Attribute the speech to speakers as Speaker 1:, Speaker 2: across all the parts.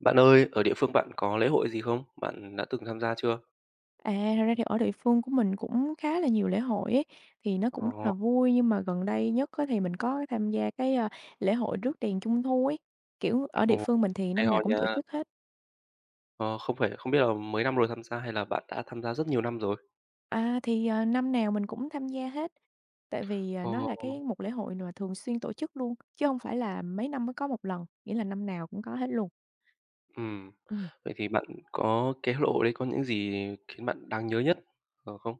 Speaker 1: Bạn ơi, ở địa phương bạn có lễ hội gì không? Bạn đã từng tham gia chưa?
Speaker 2: À, thật ra thì ở địa phương của mình cũng khá là nhiều lễ hội ấy, thì nó cũng rất
Speaker 1: Ờ,
Speaker 2: là vui nhưng mà gần đây nhất á thì mình có tham gia cái, lễ hội rước đèn Trung thu ấy. Kiểu, ở địa
Speaker 1: ồ,
Speaker 2: phương mình thì
Speaker 1: hay
Speaker 2: năm
Speaker 1: ho
Speaker 2: nào cũng
Speaker 1: nha.
Speaker 2: tổ chức hết.
Speaker 1: Ờ, không phải không biết là mấy năm rồi tham gia hay là bạn đã tham gia rất nhiều năm rồi?
Speaker 2: Năm nào mình cũng tham gia hết, tại vì,
Speaker 1: Ồ,
Speaker 2: nó là cái một lễ hội mà thường xuyên tổ chức luôn, chứ không phải là mấy năm mới có một lần, nghĩa là năm nào cũng có hết luôn.
Speaker 1: ừm.
Speaker 2: Ừm.
Speaker 1: Vậy thì bạn có cái lễ hội đấy có những gì khiến bạn đáng nhớ nhất, không?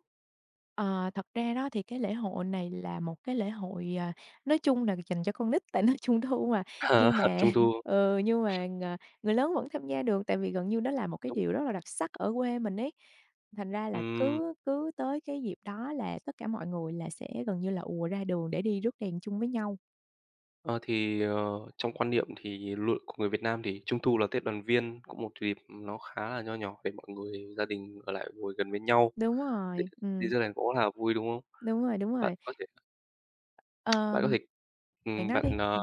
Speaker 2: Ờ, thật ra đó thì cái lễ hội này là một cái lễ hội, nói chung là dành cho con nít tại nó Trung thu mà,
Speaker 1: À,
Speaker 2: nhưng mà
Speaker 1: Trung thu,
Speaker 2: nhưng mà người lớn vẫn tham gia được, tại vì gần như đó là một cái
Speaker 1: đúng.
Speaker 2: điều rất là đặc sắc ở quê mình ấy. Thành ra là
Speaker 1: Ừm,
Speaker 2: cứ cứ tới cái dịp đó là tất cả mọi người là sẽ gần như là ùa ra đường để đi rước đèn chung với nhau.
Speaker 1: ờ, thì, trong quan niệm thì luôn của người Việt Nam thì Trung thu là Tết đoàn viên, cũng một dịp nó khá là nho nhỏ để mọi người gia đình ở lại ngồi gần bên nhau,
Speaker 2: Đúng
Speaker 1: đi
Speaker 2: rồi,
Speaker 1: đi ra đèn cỗ là vui, đúng không?
Speaker 2: đúng rồi, đúng
Speaker 1: Bạn
Speaker 2: rồi.
Speaker 1: có Bạn có
Speaker 2: Ờm,
Speaker 1: thể
Speaker 2: Bạn
Speaker 1: ừm,
Speaker 2: nói đi.
Speaker 1: bạn, ờ,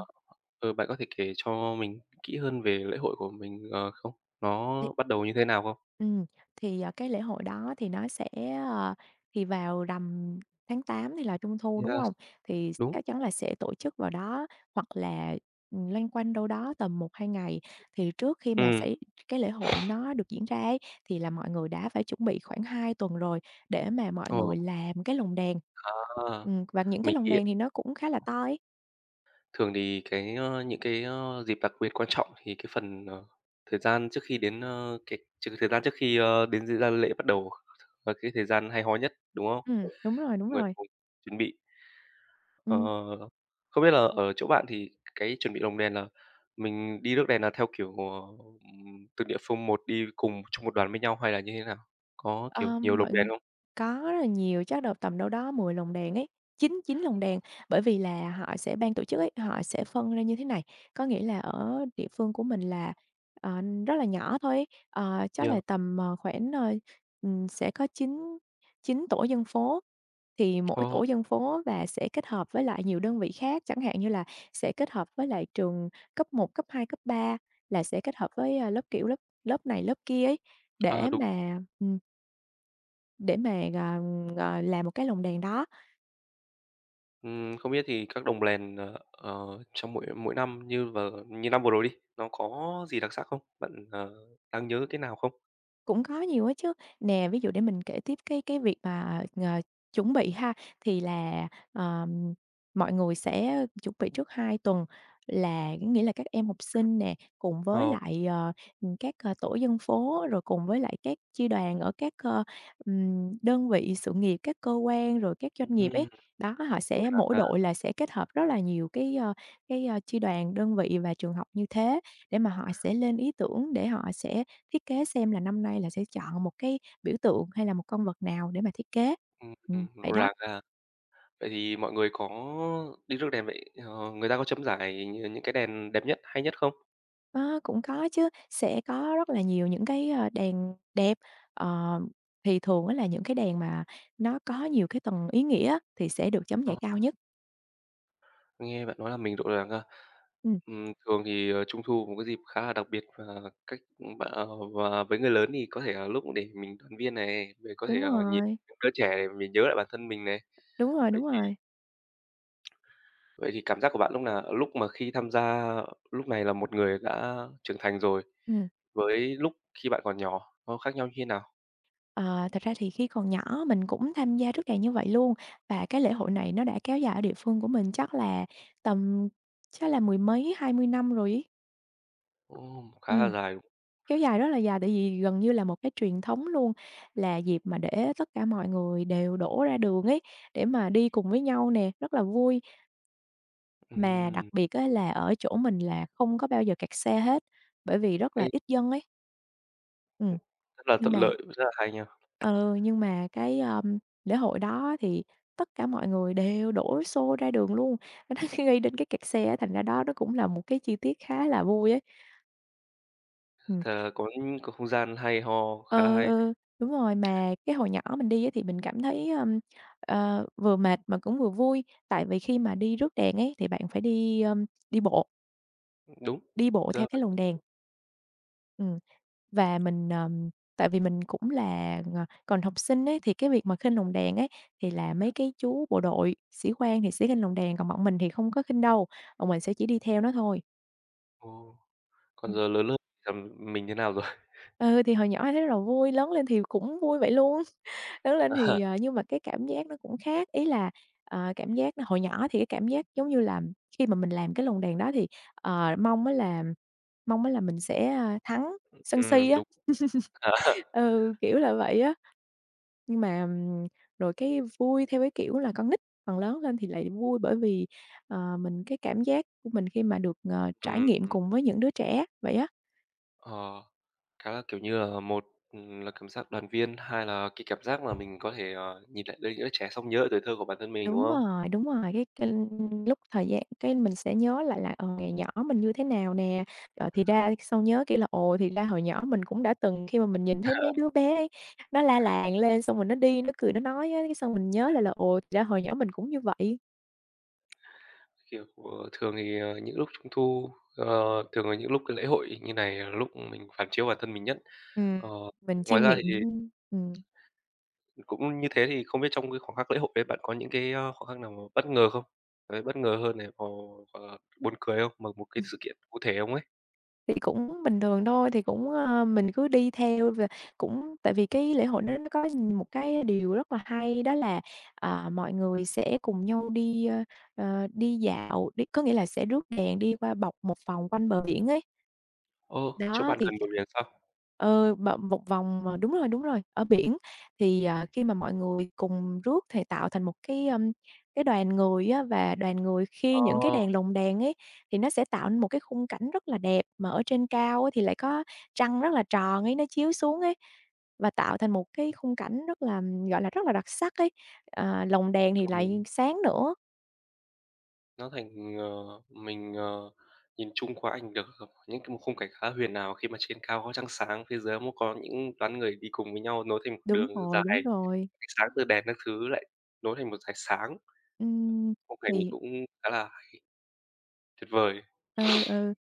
Speaker 1: kể cho mình kỹ hơn về lễ hội của mình, không? Nó
Speaker 2: Thì
Speaker 1: bắt đầu như thế nào không?
Speaker 2: Ừm, cái lễ hội đó thì nó sẽ, ờ thì vào rằm tháng 8 thì là Trung thu, đúng
Speaker 1: Yeah,
Speaker 2: không? Thì
Speaker 1: đúng.
Speaker 2: chắc chắn là sẽ tổ chức vào đó hoặc là, loanh quanh đâu đó tầm 1-2 ngày. Thì trước khi mà
Speaker 1: Ừ,
Speaker 2: xảy cái lễ hội nó được diễn ra ấy, thì là mọi người đã phải chuẩn bị khoảng 2 tuần rồi để mà mọi
Speaker 1: ồ,
Speaker 2: người làm cái lồng đèn.
Speaker 1: à,
Speaker 2: Và những cái
Speaker 1: mình
Speaker 2: lồng
Speaker 1: nghĩ
Speaker 2: đèn thì nó cũng khá là to ấy.
Speaker 1: thường thì những dịp đặc biệt quan trọng thì cái phần, thời gian trước khi đến, cái trừ thời gian trước khi, đến diễn ra lễ bắt đầu là cái thời gian hay ho nhất, đúng không?
Speaker 2: Đúng
Speaker 1: Mọi
Speaker 2: rồi, đúng
Speaker 1: người
Speaker 2: rồi.
Speaker 1: cùng chuẩn bị. Ờ,
Speaker 2: Ừm.
Speaker 1: không biết là ở chỗ bạn thì cái chuẩn bị lồng đèn là mình đi rước đèn là theo kiểu, từng địa phương một đi cùng trong một đoàn với nhau hay là như thế nào? Có, kiểu,
Speaker 2: Ờ,
Speaker 1: nhiều lồng
Speaker 2: mọi
Speaker 1: đèn không?
Speaker 2: Có rất là nhiều, chắc đâu tầm đâu đó 10 lồng đèn ấy, chín chín lồng đèn. Bởi vì là họ sẽ ban tổ chức ấy, họ sẽ phân ra như thế này, có nghĩa là ở địa phương của mình là, ờ, rất là nhỏ thôi ấy, chắc
Speaker 1: Yeah.
Speaker 2: là tầm, khoảng, sẽ có chín chín tổ dân phố, thì mỗi
Speaker 1: Ồ,
Speaker 2: tổ dân phố và sẽ kết hợp với lại nhiều đơn vị khác, chẳng hạn như là sẽ kết hợp với lại trường cấp 1 cấp 2 cấp 3 là sẽ kết hợp với, lớp, kiểu, lớp lớp này lớp kia ấy,
Speaker 1: à,
Speaker 2: để
Speaker 1: đúng.
Speaker 2: mà. Để mà, làm một cái lồng đèn đó.
Speaker 1: Không biết thì các đồng đèn, trong mỗi mỗi năm như năm vừa rồi đi, nó có gì đặc sắc không? Bạn, đáng nhớ cái nào không?
Speaker 2: Cũng có nhiều á chứ. Nè, ví dụ để mình kể tiếp cái việc mà, chuẩn bị ha, thì là, mọi người sẽ chuẩn bị trước 2 tuần là có nghĩa là các em học sinh nè, cùng với
Speaker 1: Ờ,
Speaker 2: lại, các, tổ dân phố, rồi cùng với lại các chi đoàn ở các, đơn vị sự nghiệp, các cơ quan, rồi các doanh nghiệp ấy.
Speaker 1: ừm,
Speaker 2: Đó, họ
Speaker 1: rộn
Speaker 2: sẽ
Speaker 1: ràng
Speaker 2: mỗi
Speaker 1: ha.
Speaker 2: đội là sẽ kết hợp rất là nhiều cái, chi đoàn, đơn vị và trường học như thế để mà họ sẽ lên ý tưởng để họ sẽ thiết kế xem là năm nay là sẽ chọn một cái biểu tượng hay là một con vật nào để mà thiết kế.
Speaker 1: Ừm,
Speaker 2: Vậy
Speaker 1: rộn
Speaker 2: đó.
Speaker 1: ràng ha. Vậy thì mọi người có đi rước đèn vậy, người ta có chấm giải những cái đèn đẹp nhất, hay nhất không?
Speaker 2: Ờ, cũng có chứ, sẽ có rất là nhiều những cái, đèn đẹp, ờ, thì thường á là những cái đèn mà nó có nhiều cái tầng ý nghĩa á, thì sẽ được chấm
Speaker 1: Ờ.
Speaker 2: giải cao nhất.
Speaker 1: Nghe bạn nói làm mình rộn ràng ha.
Speaker 2: Ừm,
Speaker 1: Thường thì, Trung thu một cái dịp khá là đặc biệt và cách và với người lớn thì có thể là lúc để mình đoàn viên này, rồi có thể,
Speaker 2: Đúng
Speaker 1: nhìn
Speaker 2: rồi,
Speaker 1: những đứa trẻ để mình nhớ lại bản thân mình này. Vậy
Speaker 2: đúng
Speaker 1: thì
Speaker 2: rồi.
Speaker 1: vậy thì cảm giác của bạn lúc nào lúc mà khi tham gia lúc này là một người đã trưởng thành rồi,
Speaker 2: Ừm,
Speaker 1: với khi bạn còn nhỏ nó khác nhau như thế nào?
Speaker 2: ờ, Thật ra thì khi còn nhỏ mình cũng tham gia rước đèn như vậy luôn, và cái lễ hội này nó đã kéo dài ở địa phương của mình chắc là tầm chắc là mười mấy, 20 năm rồi ấy.
Speaker 1: Ồ, khá là
Speaker 2: Ừm.
Speaker 1: dài.
Speaker 2: Kéo dài rất là dài, tại vì gần như là một cái truyền thống luôn, là dịp mà để tất cả mọi người đều đổ ra đường ấy, để mà đi cùng với nhau nè, rất là vui. Mà đặc
Speaker 1: Ừm.
Speaker 2: biệt á là ở chỗ mình là không có bao giờ kẹt xe hết, bởi vì rất
Speaker 1: Ê.
Speaker 2: là ít dân ấy. Ừm.
Speaker 1: Rất là
Speaker 2: Nhưng
Speaker 1: thuận
Speaker 2: mà
Speaker 1: lợi, rất là hay nha.
Speaker 2: ừ, nhưng mà cái, lễ hội đó thì tất cả mọi người đều đổ xô ra đường luôn, nó gây nên cái kẹt xe á, thành ra đó nó cũng là một cái chi tiết khá là vui ấy.
Speaker 1: Thà có những có không gian hay ho, khá là
Speaker 2: Ừ,
Speaker 1: hay.
Speaker 2: ừ, Đúng rồi. Mà cái hồi nhỏ mình đi á thì mình cảm thấy, vừa mệt mà cũng vừa vui, tại vì khi mà đi rước đèn ấy thì bạn phải đi, đi bộ,
Speaker 1: Đúng,
Speaker 2: đi
Speaker 1: thực
Speaker 2: bộ
Speaker 1: ra
Speaker 2: theo
Speaker 1: là
Speaker 2: cái lồng đèn. Ừm, và mình, tại vì mình cũng là, còn học sinh ấy, thì cái việc mà khinh lồng đèn ấy thì là mấy cái chú bộ đội, sĩ quan thì sẽ khênh lồng đèn, còn bọn mình thì không có khinh đâu, bọn mình sẽ chỉ đi theo nó thôi.
Speaker 1: ồ, còn
Speaker 2: Ừm.
Speaker 1: giờ lớn hơn làm mình thế nào rồi?
Speaker 2: Ừ, thì hồi nhỏ thấy rất là vui, lớn lên thì cũng vui vậy luôn. Lớn lên thì, nhưng mà cái cảm giác nó cũng khác, ý là, cảm giác nó hồi nhỏ thì cái cảm giác giống như là khi mà mình làm cái lồng đèn đó thì, ờ, mong mới là mong mới là mình sẽ, thắng sân si
Speaker 1: Ừm,
Speaker 2: á,
Speaker 1: đúng. À,
Speaker 2: ừ, kiểu là vậy á. Nhưng mà, rồi cái vui theo cái kiểu là con nít, còn lớn lên thì lại vui bởi vì, mình cái cảm giác của mình khi mà được, trải
Speaker 1: ừm,
Speaker 2: nghiệm cùng với những đứa trẻ, vậy á.
Speaker 1: ờ, khá là, kiểu như là, một, là cảm giác đoàn viên, hai là cái cảm giác mà mình có thể, nhìn lại đôi đứa trẻ xong nhớ lại tuổi thơ của bản thân mình, đúng không?
Speaker 2: Đúng rồi, cái lúc thời gian cái mình sẽ nhớ lại là, ngày nhỏ mình như thế nào nè, thì ra sau nhớ kỹ là, ồ, thì ra hồi nhỏ mình cũng đã từng khi mà mình nhìn thấy mấy đứa bé ấy, nó la làng lên xong rồi nó đi, nó cười, nó nói á, cái xong mình nhớ lại là, ồ, thì ra hồi nhỏ mình cũng như vậy.
Speaker 1: Kiểu, thường thì, những lúc Trung thu, ờ, thường là những lúc cái lễ hội như này là lúc mình phản chiếu bản thân mình nhất.
Speaker 2: Ừm,
Speaker 1: Ờ,
Speaker 2: mình
Speaker 1: ngoài
Speaker 2: chiêm
Speaker 1: ra thì
Speaker 2: nghiệm, ừm.
Speaker 1: cũng như thế thì không biết trong cái khoảng khắc lễ hội đấy bạn có những cái, khoảnh khắc nào mà bất ngờ không? Đấy, bất ngờ hơn này, hoặc là buồn cười không? Mà một cái sự kiện cụ thể không ấy?
Speaker 2: Thì cũng bình thường thôi, thì cũng, mình cứ đi theo và cũng tại vì cái lễ hội nó có một cái điều rất là hay đó là, mọi người sẽ cùng nhau đi, đi dạo, đi có nghĩa là sẽ rước đèn đi qua bọc một vòng quanh bờ biển ấy.
Speaker 1: Ờ, chỗ
Speaker 2: Đó,
Speaker 1: bạn
Speaker 2: thì
Speaker 1: gần bờ biển sao?
Speaker 2: ừ, mà một vòng mà đúng rồi, ở biển thì, khi mà mọi người cùng rước thì tạo thành một cái, cái đoàn người á, và đoàn người khi những cái
Speaker 1: Ờ,
Speaker 2: đèn lồng đèn ấy, thì nó sẽ tạo nên một cái khung cảnh rất là đẹp, mà ở trên cao á thì lại có trăng rất là tròn ấy, nó chiếu xuống ấy, và tạo thành một cái khung cảnh rất là, gọi là, rất là đặc sắc ấy. Ờ, lồng đèn thì lại
Speaker 1: ừm,
Speaker 2: sáng nữa.
Speaker 1: nó thành, mình, nhìn chung qua ảnh được những cái một khung cảnh khá huyền ảo khi mà trên cao có trăng sáng, phía dưới cũng có những đoàn người đi cùng với nhau nối thành một
Speaker 2: Đúng
Speaker 1: đường
Speaker 2: rồi, đúng
Speaker 1: dài,
Speaker 2: rồi.
Speaker 1: ánh sáng từ đèn các thứ lại nối thành một dải sáng.
Speaker 2: Ừm,
Speaker 1: Khung cảnh mình
Speaker 2: thì
Speaker 1: cũng khá là tuyệt vời.
Speaker 2: ừ, ừ.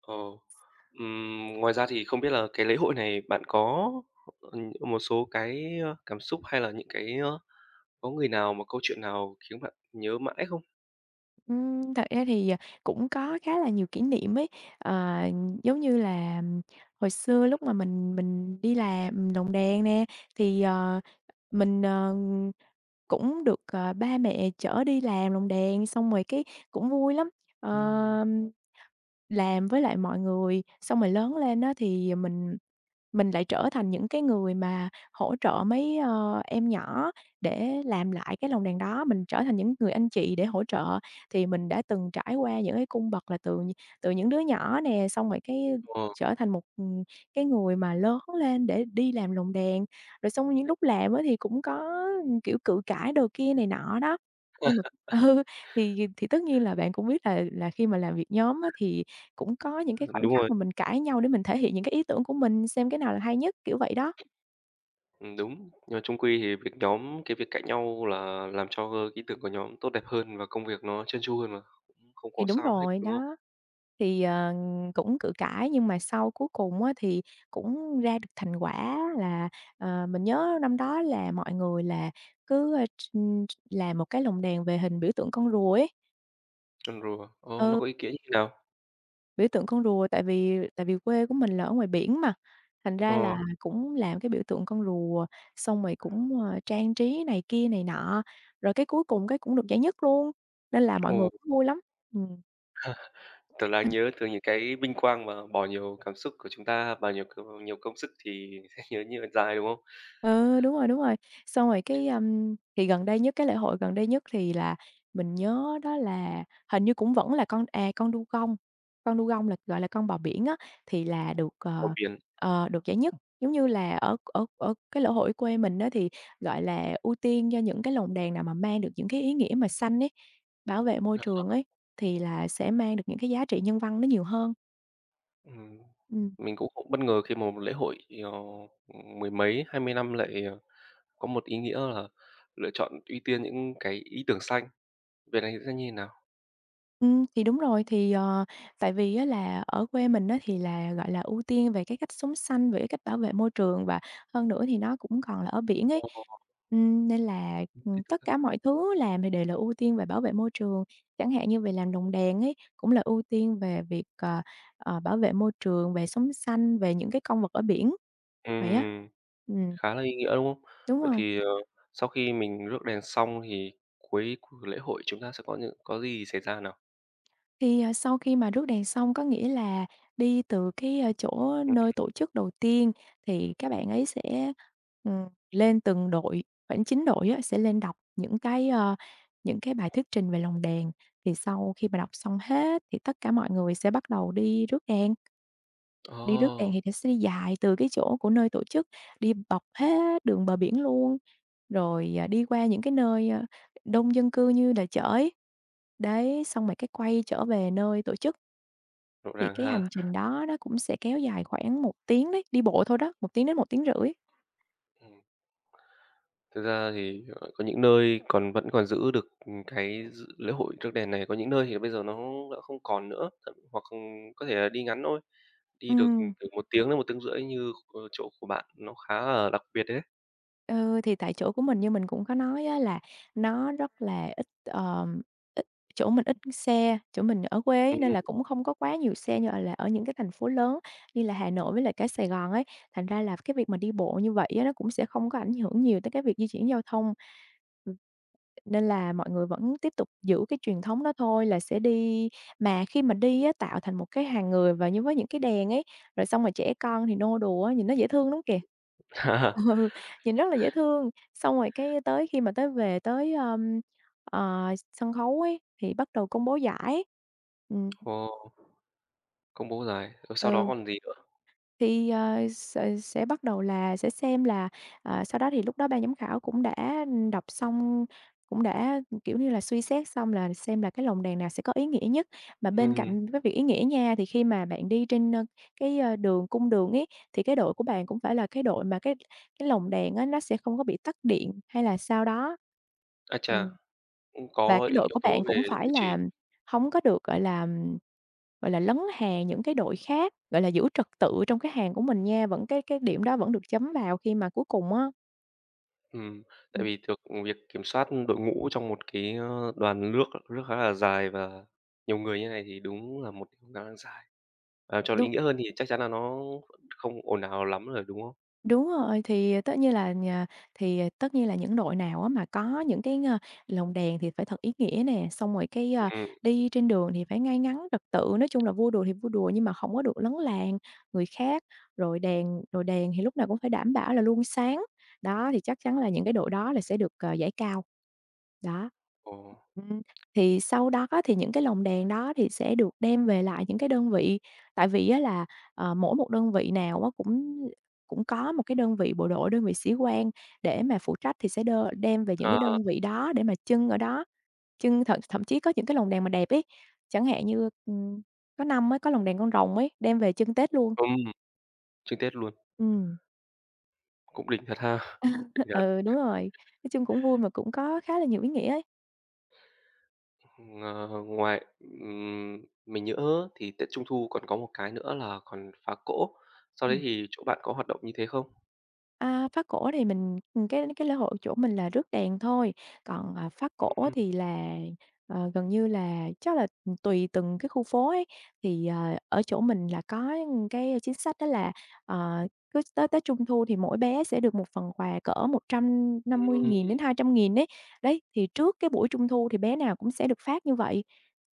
Speaker 1: Ồ. Ngoài ra thì không biết là cái lễ hội này bạn có, một số cái, cảm xúc hay là những cái, có người nào mà câu chuyện nào khiến bạn nhớ mãi không?
Speaker 2: Thật ra thì, cũng có khá là nhiều kỷ niệm ấy. Ờ, giống như là hồi xưa lúc mà mình đi làm lồng đèn nè, thì, mình, cũng được, ba mẹ chở đi làm lồng đèn, xong rồi cái cũng vui lắm.
Speaker 1: Ừm.
Speaker 2: Ờ, làm với lại mọi người, xong rồi lớn lên á thì mình lại trở thành những cái người mà hỗ trợ mấy, em nhỏ để làm lại cái lồng đèn đó, mình trở thành những người anh chị để hỗ trợ. Thì mình đã từng trải qua những cái cung bậc là từ từ những đứa nhỏ nè, xong rồi cái
Speaker 1: Ờ,
Speaker 2: trở thành một, cái người mà lớn lên để đi làm lồng đèn, rồi xong những lúc làm á thì cũng có, ừ, kiểu, cự cãi đồ kia này nọ đó. Nhưng mà ừ, thì tất nhiên là bạn cũng biết là khi mà làm việc nhóm á thì cũng có những cái khoảnh
Speaker 1: đúng
Speaker 2: khắc
Speaker 1: rồi,
Speaker 2: mà mình cãi nhau để mình thể hiện những cái ý tưởng của mình, xem cái nào là hay nhất, kiểu vậy đó.
Speaker 1: đúng. Nhưng mà chung quy thì việc nhóm cái việc cãi nhau là làm cho, ý tưởng của nhóm tốt đẹp hơn và công việc nó trơn tru hơn mà, cũng không có
Speaker 2: Thì đúng
Speaker 1: sao hết,
Speaker 2: rồi,
Speaker 1: đúng không?
Speaker 2: đó, thì, cũng cự cãi nhưng mà sau cuối cùng á thì cũng ra được thành quả là, mình nhớ năm đó là mọi người là cứ, ơ, tr tr làm một cái lồng đèn về hình biểu tượng con rùa ấy.
Speaker 1: Trơn tru à? Ờ, nó
Speaker 2: Ừ.
Speaker 1: có ý nghĩa như thế nào?
Speaker 2: Biểu tượng con rùa, tại vì quê của mình là ở ngoài biển mà, thành ra là
Speaker 1: Ờ,
Speaker 2: cũng làm cái biểu tượng con rùa, xong rồi cũng, trang trí này kia này nọ, rồi cái cuối cùng cái cũng được giải nhất luôn, nên là mọi
Speaker 1: ồ.
Speaker 2: người cũng vui lắm. Ừm.
Speaker 1: Tớ đang nhớ từ những cái vinh quang mà bỏ nhiều cảm xúc của chúng ta và nhiều công sức thì sẽ nhớ như là dài, đúng không?
Speaker 2: Ừ, đúng rồi, đúng rồi. Xong rồi cái, thì gần đây nhất, cái lễ hội gần đây nhất thì là mình nhớ đó là hình như cũng vẫn là con à, con đu gông là, gọi là, con bò biển á, thì là được,
Speaker 1: Còn
Speaker 2: ờ,
Speaker 1: biển.
Speaker 2: ờ, được giải nhất. Giống như là ở ở ở cái lễ hội quê mình đó thì, gọi là, ưu tiên cho những cái lồng đèn nào mà mang được những cái ý nghĩa mà xanh ấy, bảo vệ môi
Speaker 1: Đó.
Speaker 2: trường ấy, thì là sẽ mang được những cái giá trị nhân văn nó nhiều hơn.
Speaker 1: Ừm,
Speaker 2: Ừm.
Speaker 1: mình cũng cũng bất ngờ khi mà một lễ hội, ờ, mười mấy, 20 năm lại, có một ý nghĩa là lựa chọn ưu tiên những cái ý tưởng xanh. Về này sẽ như thế nào?
Speaker 2: Thì đúng rồi, thì, tại vì á là ở quê mình á thì là, gọi là, ưu tiên về cái cách sống xanh, về cái cách bảo vệ môi trường và hơn nữa thì nó cũng còn là ở biển ấy,
Speaker 1: Ồ.
Speaker 2: nên là,
Speaker 1: Ý tưởng
Speaker 2: tất cả
Speaker 1: xanh.
Speaker 2: mọi thứ làm thì đều là ưu tiên về bảo vệ môi trường. Chẳng hạn như về làm lồng đèn ấy, cũng là ưu tiên về việc, bảo vệ môi trường, về sống xanh, về những cái con vật ở biển, vậy á.
Speaker 1: Ừm,
Speaker 2: Ừm.
Speaker 1: khá là ý nghĩa, đúng không?
Speaker 2: Đúng
Speaker 1: Vậy
Speaker 2: rồi.
Speaker 1: thì, sau khi mình rước đèn xong thì cuối của lễ hội chúng ta sẽ có có gì xảy ra nào?
Speaker 2: Thì, sau khi mà rước đèn xong có nghĩa là đi từ cái, chỗ
Speaker 1: Ừm.
Speaker 2: nơi tổ chức đầu tiên thì các bạn ấy sẽ, ừm, lên từng đội, khoảng 9 đội á, sẽ lên đọc những cái, bài thuyết trình về lồng đèn. Thì sau khi mà đọc xong hết thì tất cả mọi người sẽ bắt đầu
Speaker 1: Ồ,
Speaker 2: đi rước đèn
Speaker 1: oh,
Speaker 2: thì nó sẽ đi dài từ cái chỗ của nơi tổ chức, đi bọc hết đường bờ biển luôn, rồi, à, đi qua những cái nơi, đông dân cư như là chợ ấy. Đấy, xong rồi cái quay trở về nơi tổ chức.
Speaker 1: rộn
Speaker 2: Thì
Speaker 1: ràng
Speaker 2: cái hành
Speaker 1: ha.
Speaker 2: trình đó nó cũng sẽ kéo dài khoảng một tiếng đấy, đi bộ thôi đó, một tiếng. Đến một tiếng rưỡi.
Speaker 1: Thực ra thì, có những nơi vẫn còn giữ được, cái dự lễ hội rước đèn này, có những nơi thì bây giờ nó đã không còn nữa, thậm hoặc, có thể là đi ngắn thôi, đi được,
Speaker 2: Ừm,
Speaker 1: từ 1 tiếng đến 1 tiếng rưỡi như, chỗ của bạn, nó khá là đặc biệt đấy.
Speaker 2: ừ, thì tại chỗ của mình như mình cũng có nói á là nó rất là ít chỗ mình ít xe, chỗ mình ở quê ấy, nên
Speaker 1: Ừm.
Speaker 2: là cũng không có quá nhiều xe như, là, ở những cái thành phố lớn như là Hà Nội với lại cái Sài Gòn ấy. Thành ra là cái việc mà đi bộ như vậy á, nó cũng sẽ không có ảnh hưởng nhiều tới cái việc di chuyển giao thông. Nên là mọi người vẫn tiếp tục giữ cái truyền thống đó thôi là sẽ đi mà khi mà đi á, tạo thành một cái hàng người và như với những cái đèn ấy, rồi xong rồi trẻ con thì nô đùa á, nhìn nó dễ thương lắm kìa. Ừ, nhìn rất là dễ thương. Xong rồi cái tới khi mà tới về tới, ờ, sân khấu ấy, thì bắt đầu công bố giải. Ừm,
Speaker 1: Ồ, công bố dài, rồi sau đó
Speaker 2: ừ.
Speaker 1: còn gì nữa?
Speaker 2: Thì, sẽ bắt đầu là sẽ xem là, à, sau đó thì lúc đó ban giám khảo cũng đã đọc xong, cũng đã, kiểu như là, suy xét xong là xem là cái lồng đèn nào sẽ có ý nghĩa nhất. Mà bên
Speaker 1: Ừm,
Speaker 2: cạnh cái việc ý nghĩa nha, thì khi mà bạn đi trên, cái, đường cung đường ấy, thì cái đội của bạn cũng phải là cái đội mà cái lồng đèn á, nó sẽ không có bị tắt điện hay là sao đó.
Speaker 1: ái chà,
Speaker 2: Ừm.
Speaker 1: cũng
Speaker 2: Và
Speaker 1: có
Speaker 2: cái đội
Speaker 1: yếu
Speaker 2: của
Speaker 1: tố
Speaker 2: bạn cũng
Speaker 1: về
Speaker 2: phải
Speaker 1: duy trì.
Speaker 2: là không có được, gọi là, lấn hàng những cái đội khác, gọi là, giữ trật tự trong cái hàng của mình nha, vẫn cái điểm đó vẫn được chấm vào khi mà cuối cùng á
Speaker 1: Ừm, tại
Speaker 2: ừm,
Speaker 1: vì thực việc kiểm soát đội ngũ trong một cái, đoàn rước rước khá là dài và nhiều người như này thì đúng là một điều khá là dài. Ờ, cho nó ý
Speaker 2: đúng
Speaker 1: nghĩa hơn thì chắc chắn là nó không ồn ào lắm rồi, đúng không?
Speaker 2: Đúng rồi, thì tất nhiên là tất nhiên là những đội nào á mà có những cái, lồng đèn thì phải thật ý nghĩa nè, xong rồi cái,
Speaker 1: Ừm,
Speaker 2: đi trên đường thì phải ngay ngắn trật tự, nói chung là vui đùa thì vui đùa nhưng mà không có được lấn làng người khác, rồi đèn thì lúc nào cũng phải đảm bảo là luôn sáng. Đó, thì chắc chắn là những cái đội đó là sẽ được, giải cao. Đó.
Speaker 1: ồ,
Speaker 2: Ừm, thì sau đó thì những cái lồng đèn đó thì sẽ được đem về lại những cái đơn vị, tại vì á là, mỗi một đơn vị nào á cũng cũng có một cái đơn vị bộ đội, đơn vị sĩ quan để mà phụ trách thì sẽ đơ đem về những cái đơn
Speaker 1: à,
Speaker 2: vị đó để mà trưng ở đó, trưng thậm thậm chí có những cái lồng đèn mà đẹp ấy, chẳng hạn như, có năm á, có lồng đèn con rồng ấy, đem về trưng Tết luôn.
Speaker 1: ừm, xuyên Tết luôn,
Speaker 2: Ừm,
Speaker 1: cũng đỉnh thật ha, đỉnh thật.
Speaker 2: ừ, đúng rồi, nói chung cũng vui mà cũng có khá là nhiều ý nghĩa ấy.
Speaker 1: Ờ, ngoài mình nhớ thì Tết Trung thu còn có một cái nữa là còn phá cỗ, sau đấy
Speaker 2: Ừm.
Speaker 1: thì chỗ bạn có hoạt động như thế không?
Speaker 2: À, phá cổ thì mình, cái lễ hội chỗ mình là rước đèn thôi, còn, à, phá cổ
Speaker 1: Ừm,
Speaker 2: thì là, gần như là chắc là, tùy từng cái khu phố ấy. Thì, ở chỗ mình là có cái chính sách đó là, ờ, cứ tới tới Trung thu thì mỗi bé sẽ được một phần quà cỡ một trăm năm mươi
Speaker 1: ừm,
Speaker 2: nghìn đến 200.000. Đấy, đấy thì trước cái buổi Trung thu thì bé nào cũng sẽ được phát như vậy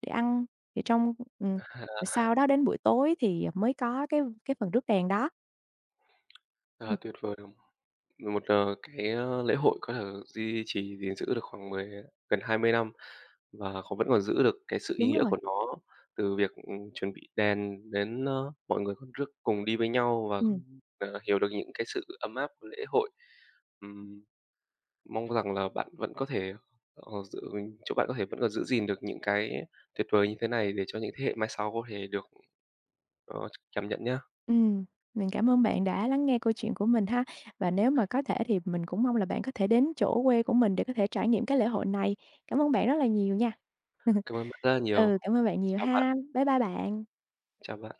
Speaker 2: để ăn, thì trong ừm, rồi sau đó đến buổi tối thì mới có cái phần rước đèn đó.
Speaker 1: à,
Speaker 2: Ừm,
Speaker 1: tuyệt vời. Một, cái, lễ hội có thể duy trì, gìn giữ được khoảng 10 gần 20 năm và vẫn còn giữ được cái sự ý
Speaker 2: đúng
Speaker 1: nghĩa
Speaker 2: rồi,
Speaker 1: của nó, từ việc, chuẩn bị đèn đến, mọi người còn rước cùng đi với nhau và,
Speaker 2: ừm.
Speaker 1: hiểu được những cái sự ấm áp của lễ hội. Ừm, mong rằng là bạn vẫn có thể, ờ, giữ chúc bạn có thể vẫn còn giữ gìn được những cái tuyệt vời như thế này để cho những thế hệ mai sau có thể được, ờ, cảm nhận nhé.
Speaker 2: Ừm, mình cảm ơn bạn đã lắng nghe câu chuyện của mình ha. Và nếu mà có thể thì mình cũng mong là bạn có thể đến chỗ quê của mình để có thể trải nghiệm cái lễ hội này. Cảm ơn bạn rất là nhiều nha.
Speaker 1: Cảm ơn bạn rất là nhiều.
Speaker 2: Ừ, cảm ơn bạn nhiều
Speaker 1: Chào bạn,
Speaker 2: ha. Bye bye bạn.
Speaker 1: chào bạn.